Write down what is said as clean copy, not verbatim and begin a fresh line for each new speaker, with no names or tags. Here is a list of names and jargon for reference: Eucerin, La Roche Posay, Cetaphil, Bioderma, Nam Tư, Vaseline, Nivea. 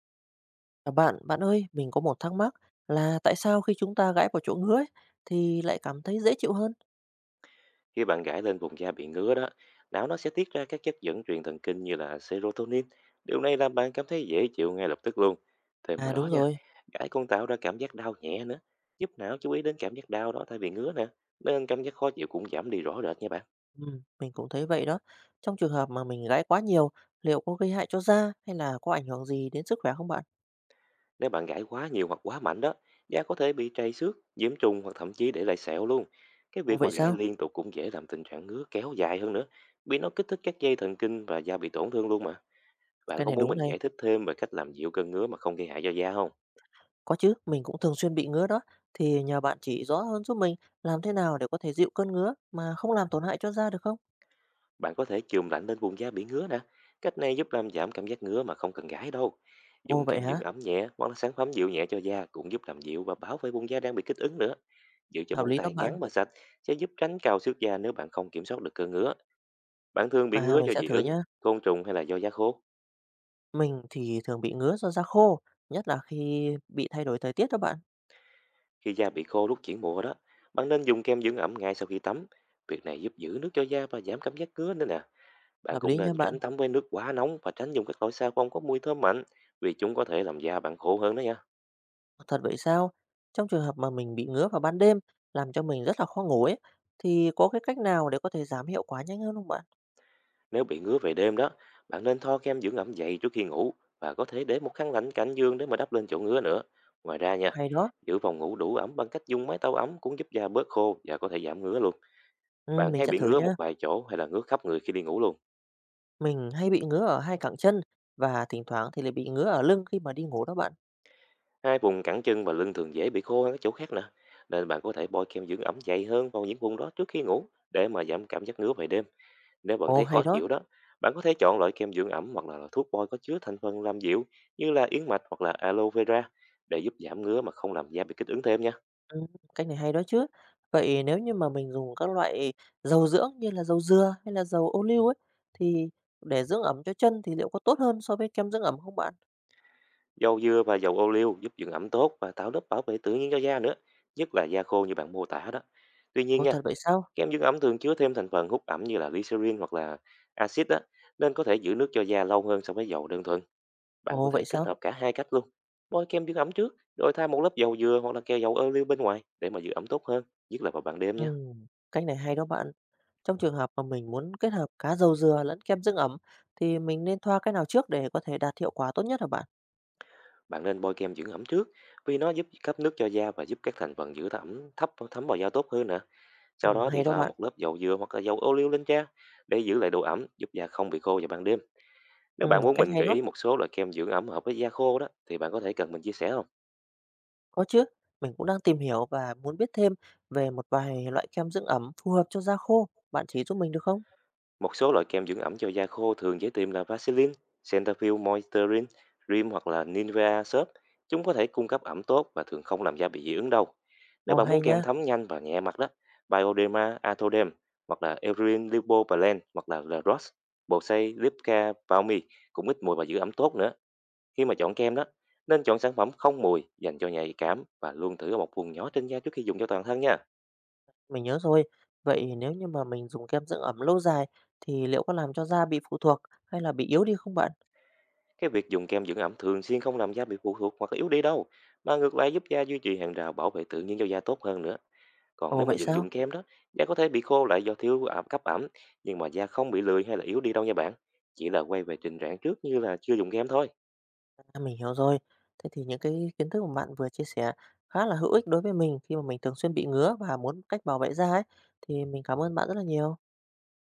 À, bạn ơi, mình có một thắc mắc là tại sao khi chúng ta gãi vào chỗ ngứa ấy, thì lại cảm thấy dễ chịu hơn?
Khi bạn gãi lên vùng da bị ngứa đó, não nó sẽ tiết ra các chất dẫn truyền thần kinh như là serotonin. Điều này làm bạn cảm thấy dễ chịu ngay lập tức luôn. Thêm vào
À đúng
đó nha,
rồi,
gãi còn tạo ra cảm giác đau nhẹ nữa, giúp não chú ý đến cảm giác đau đó thay vì ngứa nè. Nên cảm giác khó chịu cũng giảm đi rõ rệt nha bạn.
mình cũng thấy vậy đó. Trong trường hợp mà mình gãi quá nhiều, liệu có gây hại cho da hay là có ảnh hưởng gì đến sức khỏe không bạn?
Nếu bạn gãi quá nhiều hoặc quá mạnh đó, da có thể bị trầy xước, nhiễm trùng hoặc thậm chí để lại sẹo luôn. Cái
Ồ
việc mà
vậy
gãi
sao?
liên tục cũng dễ làm tình trạng ngứa kéo dài hơn nữa, vì nó kích thích các dây thần kinh và da bị tổn thương luôn mà. Bạn
Cái
có
này
muốn
đúng
mình
này.
giải thích thêm về cách làm dịu cơn ngứa mà không gây hại cho da không?
Có chứ, mình cũng thường xuyên bị ngứa đó. Thì nhờ bạn chỉ rõ hơn giúp mình làm thế nào để có thể dịu cơn ngứa mà không làm tổn hại cho da được không?
Bạn có thể chườm lạnh lên vùng da bị ngứa nè. Cách này giúp làm giảm cảm giác ngứa mà không cần gãi đâu.
Ồ
Dùng
vậy
kem dưỡng
hả?
ẩm nhẹ hoặc là sản phẩm dịu nhẹ cho da cũng giúp làm dịu và bảo vệ vùng da đang bị kích ứng nữa. Giữ cho
Hợp
móng
lý đó
tay
bạn.
ngắn và sạch sẽ giúp tránh cào xước da nếu bạn không kiểm soát được cơn ngứa. Bạn thường bị
À
ngứa
mình
do
sẽ
dị
thử
ứng,
nhá.
côn trùng hay là do da khô.
Mình thì thường bị ngứa do da khô, nhất là khi bị thay đổi thời tiết đó bạn.
Khi da bị khô lúc chuyển mùa đó, bạn nên dùng kem dưỡng ẩm ngay sau khi tắm. Việc này giúp giữ nước cho da và giảm cảm giác ngứa nữa nè. Bạn
Hợp
cũng
lý nha
nên
bạn.
tránh tắm với nước quá nóng và tránh dùng các loại xà phòng có mùi thơm mạnh vì chúng có thể làm da bạn khô hơn đó nha.
Thật vậy sao? Trong trường hợp mà mình bị ngứa vào ban đêm làm cho mình rất là khó ngủ ấy, thì có cái cách nào để có thể giảm hiệu quả nhanh hơn không bạn?
Nếu bị ngứa về đêm đó, bạn nên thoa kem dưỡng ẩm dày trước khi ngủ và có thể để một khăn lạnh cạnh giường để mà đắp lên chỗ ngứa nữa. Ngoài ra nha,
Hay đó.
giữ phòng ngủ đủ ẩm bằng cách dùng máy tàu ấm cũng giúp da bớt khô và có thể giảm ngứa luôn.
Ừ,
Bạn
mình
hay
sẽ
bị
thử
ngứa
nhá.
một vài chỗ hay là ngứa khắp người khi đi ngủ luôn.
Mình hay bị ngứa ở hai cẳng chân và thỉnh thoảng thì lại bị ngứa ở lưng khi mà đi ngủ đó bạn.
Hai vùng cẳng chân và lưng thường dễ bị khô hơn các chỗ khác nè. Nên bạn có thể bôi kem dưỡng ẩm dày hơn vào những vùng đó trước khi ngủ để mà giảm cảm giác ngứa về đêm. Nếu bạn
Ồ,
thấy khó
hay đó.
chịu đó, bạn có thể chọn loại kem dưỡng ẩm hoặc là thuốc bôi có chứa thành phần làm dịu như là yến mạch hoặc là aloe vera để giúp giảm ngứa mà không làm da bị kích ứng thêm nha.
Ừ, cách này hay đó chứ. Vậy nếu như mà mình dùng các loại dầu dưỡng như là dầu dừa hay là dầu ô liu ấy thì để dưỡng ẩm cho chân thì liệu có tốt hơn so với kem dưỡng ẩm không bạn?
Dầu dừa và dầu ô liu giúp dưỡng ẩm tốt và tạo lớp bảo vệ tự nhiên cho da nữa, nhất là da khô như bạn mô tả đó. Tuy nhiên
Ồ,
nha,
thật vậy sao?
kem dưỡng ẩm thường chứa thêm thành phần hút ẩm như là glycerin hoặc là axit á, nên có thể giữ nước cho da lâu hơn so với dầu đơn thuần. Bạn có
Ồ,
thể
vậy
kết
sao?
hợp cả hai cách luôn. Bôi kem dưỡng ẩm trước, rồi thay một lớp dầu dừa hoặc là keo dầu ô liu bên ngoài để mà giữ ẩm tốt hơn, nhất là vào ban đêm nha.
Ừ, cách này hay đó bạn. Trong trường hợp mà mình muốn kết hợp cá dầu dừa lẫn kem dưỡng ẩm thì mình nên thoa cái nào trước để có thể đạt hiệu quả tốt nhất hả bạn?
Bạn nên bôi kem dưỡng ẩm trước vì nó giúp cấp nước cho da và giúp các thành phần giữ ẩm thấp thấm vào da tốt hơn nè. Sau
Ừ,
đó thì
hay đó
thoa
bạn.
một lớp dầu dừa hoặc là dầu ô liu lên da để giữ lại độ ẩm, giúp da không bị khô vào ban đêm. Nếu
Ừ,
bạn muốn
cách
mình
hay
gợi
đó.
ý một số loại kem dưỡng ẩm hợp với da khô đó thì bạn có thể cần mình chia sẻ không?
Có chứ. Mình cũng đang tìm hiểu và muốn biết thêm về một vài loại kem dưỡng ẩm phù hợp cho da khô. Bạn chỉ giúp mình được không?
Một số loại kem dưỡng ẩm cho da khô thường dễ tìm là Vaseline, Cetaphil Moisturizing Cream hoặc là Nivea Soap. Chúng có thể cung cấp ẩm tốt và thường không làm da bị dị ứng đâu. Nếu
Ồ,
bạn
hay
muốn kem
nha.
thấm nhanh và nhẹ mặt đó, Bioderma Atodem hoặc là Eucerin Lipo Blend hoặc là La Roche Posay Lipca Balmy cũng ít mùi và giữ ẩm tốt nữa. Khi mà chọn kem đó, nên chọn sản phẩm không mùi dành cho nhạy cảm và luôn thử ở một vùng nhỏ trên da trước khi dùng cho toàn thân nha.
Mình nhớ rồi. Vậy nếu như mà mình dùng kem dưỡng ẩm lâu dài thì liệu có làm cho da bị phụ thuộc hay là bị yếu đi không bạn?
Cái việc dùng kem dưỡng ẩm thường xuyên không làm da bị phụ thuộc hoặc yếu đi đâu, mà ngược lại giúp da duy trì hàng rào bảo vệ tự nhiên cho da tốt hơn nữa. Còn
Ồ,
nếu mà
vậy
dừng
sao?
dùng kem đó, da có thể bị khô lại do thiếu ẩm cấp ẩm, nhưng mà da không bị lười hay là yếu đi đâu nha bạn. Chỉ là quay về trình trạng trước như là chưa dùng kem thôi.
À, mình hiểu rồi. Thế thì những cái kiến thức mà bạn vừa chia sẻ khá là hữu ích đối với mình khi mà mình thường xuyên bị ngứa và muốn cách bảo vệ da ấy. Thì mình cảm ơn bạn rất là nhiều.